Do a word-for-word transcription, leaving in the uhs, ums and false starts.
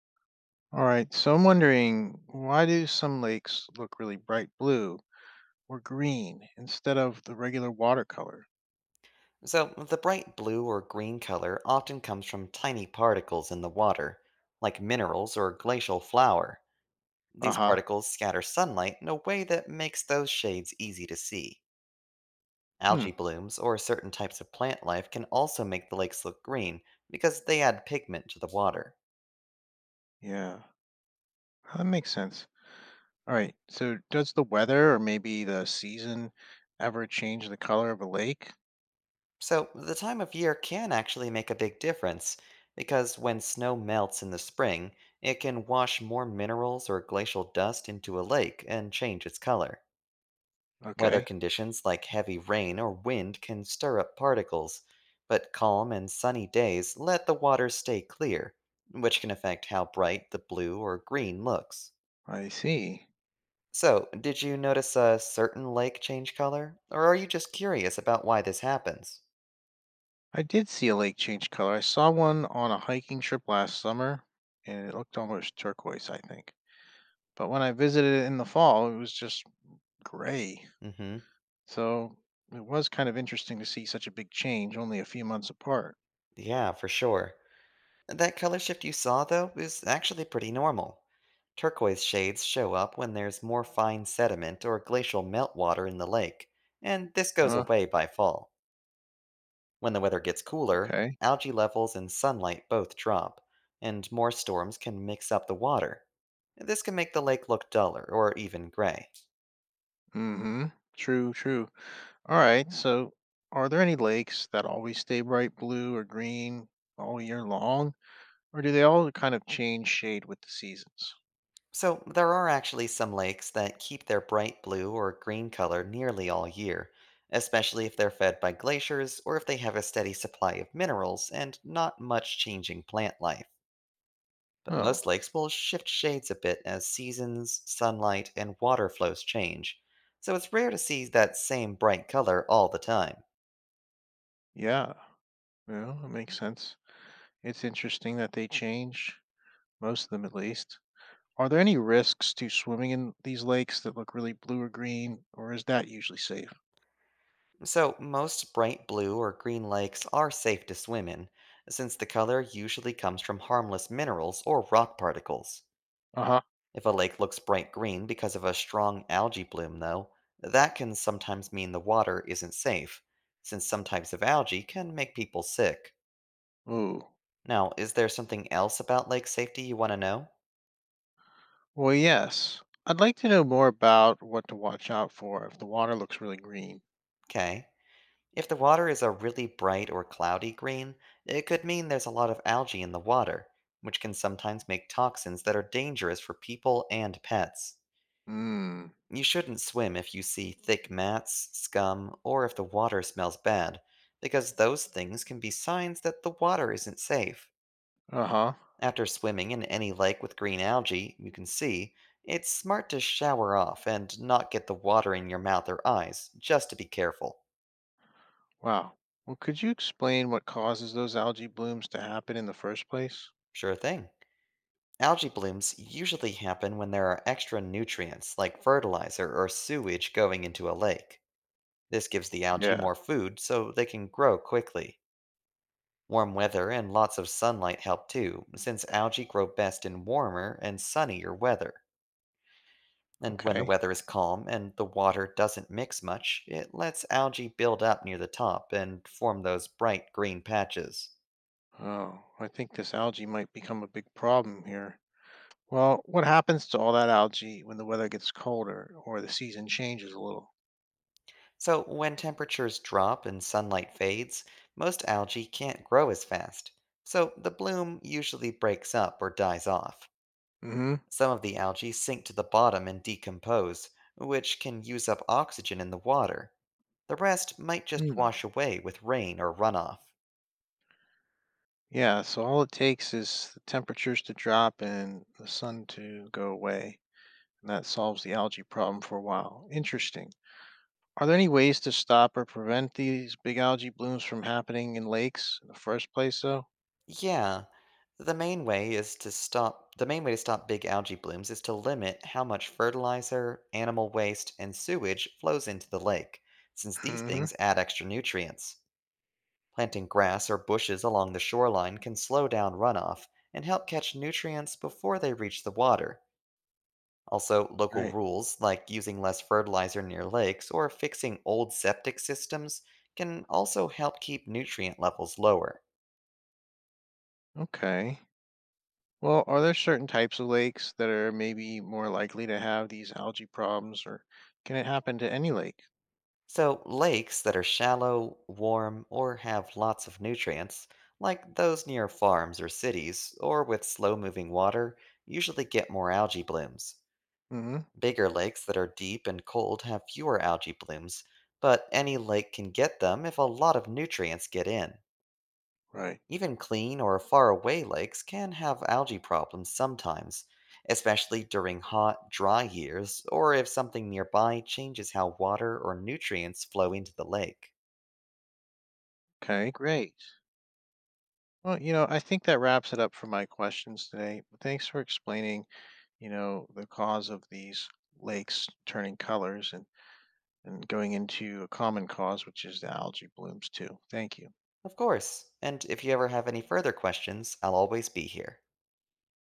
All right, so I'm wondering, why do some lakes look really bright blue or green instead of the regular watercolor? So, the bright blue or green color often comes from tiny particles in the water, like minerals or glacial flour. Uh These huh. particles scatter sunlight in a way that makes those shades easy to see. Algae Hmm. blooms or certain types of plant life can also make the lakes look green because they add pigment to the water. Yeah, that makes sense. All right, so does the weather or maybe the season ever change the color of a lake? So, the time of year can actually make a big difference because when snow melts in the spring, it can wash more minerals or glacial dust into a lake and change its color. Weather Okay, conditions like heavy rain or wind can stir up particles, but calm and sunny days let the water stay clear, which can affect how bright the blue or green looks. I see. So, did you notice a certain lake change color? Or are you just curious about why this happens? I did see a lake change color. I saw one on a hiking trip last summer and it looked almost turquoise, I think. But when I visited it in the fall, it was just gray. Mm hmm. So it was kind of interesting to see such a big change only a few months apart. Yeah, for sure. That color shift you saw, though, is actually pretty normal. Turquoise shades show up when there's more fine sediment or glacial meltwater in the lake, and this goes Huh? away by fall. When the weather gets cooler, Okay. algae levels and sunlight both drop, and more storms can mix up the water. This can make the lake look duller or even gray. Mm-hmm. True, true. All right. So are there any lakes that always stay bright blue or green all year long? Or do they all kind of change shade with the seasons? So, there are actually some lakes that keep their bright blue or green color nearly all year, especially if they're fed by glaciers or if they have a steady supply of minerals and not much changing plant life. But Oh, most lakes will shift shades a bit as seasons, sunlight, and water flows change, so it's rare to see that same bright color all the time. yeah. Well, it makes sense. It's interesting that they change, most of them at least. Are there any risks to swimming in these lakes that look really blue or green, or is that usually safe? So, most bright blue or green lakes are safe to swim in, since the color usually comes from harmless minerals or rock particles. Uh huh. If a lake looks bright green because of a strong algae bloom, though, that can sometimes mean the water isn't safe, since some types of algae can make people sick. Ooh. Now, is there something else about lake safety you want to know? Well, yes. I'd like to know more about what to watch out for if the water looks really green. Okay. If the water is a really bright or cloudy green, it could mean there's a lot of algae in the water, which can sometimes make toxins that are dangerous for people and pets. Mm. You shouldn't swim if you see thick mats, scum, or if the water smells bad, because those things can be signs that the water isn't safe. Uh huh. After swimming in any lake with green algae, you can see, it's smart to shower off and not get the water in your mouth or eyes, just to be careful. Wow. Well, could you explain what causes those algae blooms to happen in the first place? Sure thing. Algae blooms usually happen when there are extra nutrients like fertilizer or sewage going into a lake. This gives the algae Yeah. more food so they can grow quickly. Warm weather and lots of sunlight help too, since algae grow best in warmer and sunnier weather. And when the Okay. weather is calm and the water doesn't mix much, it lets algae build up near the top and form those bright green patches. Oh, I think this algae might become a big problem here. Well, what happens to all that algae when the weather gets colder or the season changes a little? So, when temperatures drop and sunlight fades, most algae can't grow as fast, so the bloom usually breaks up or dies off. Mm Some of the algae sink to the bottom and decompose, which can use up oxygen in the water. The rest might just hmm. Hmm. wash away with rain or runoff. Yeah, so all it takes is the temperatures to drop and the sun to go away, and that solves the algae problem for a while. Interesting. Are there any ways to stop or prevent these big algae blooms from happening in lakes in the first place, though? Yeah, the main way is to stop the main way to stop big algae blooms is to limit how much fertilizer, animal waste, and sewage flows into the lake, since these Hmm. things add extra nutrients. Planting grass or bushes along the shoreline can slow down runoff and help catch nutrients before they reach the water. Also, local Right. rules like using less fertilizer near lakes or fixing old septic systems can also help keep nutrient levels lower. Okay. Well, are there certain types of lakes that are maybe more likely to have these algae problems, or can it happen to any lake? So, lakes that are shallow, warm, or have lots of nutrients, like those near farms or cities, or with slow moving water, usually get more algae blooms. Hmm. Bigger lakes that are deep and cold have fewer algae blooms, but any lake can get them if a lot of nutrients get in. Right. Even clean or faraway lakes can have algae problems sometimes, especially during hot, dry years or if something nearby changes how water or nutrients flow into the lake. Okay, great. Well, you know, I think that wraps it up for my questions today. Thanks for explaining, you know, the cause of these lakes turning colors and and going into a common cause, which is the algae blooms too. Thank you. Of course, and if you ever have any further questions, I'll always be here.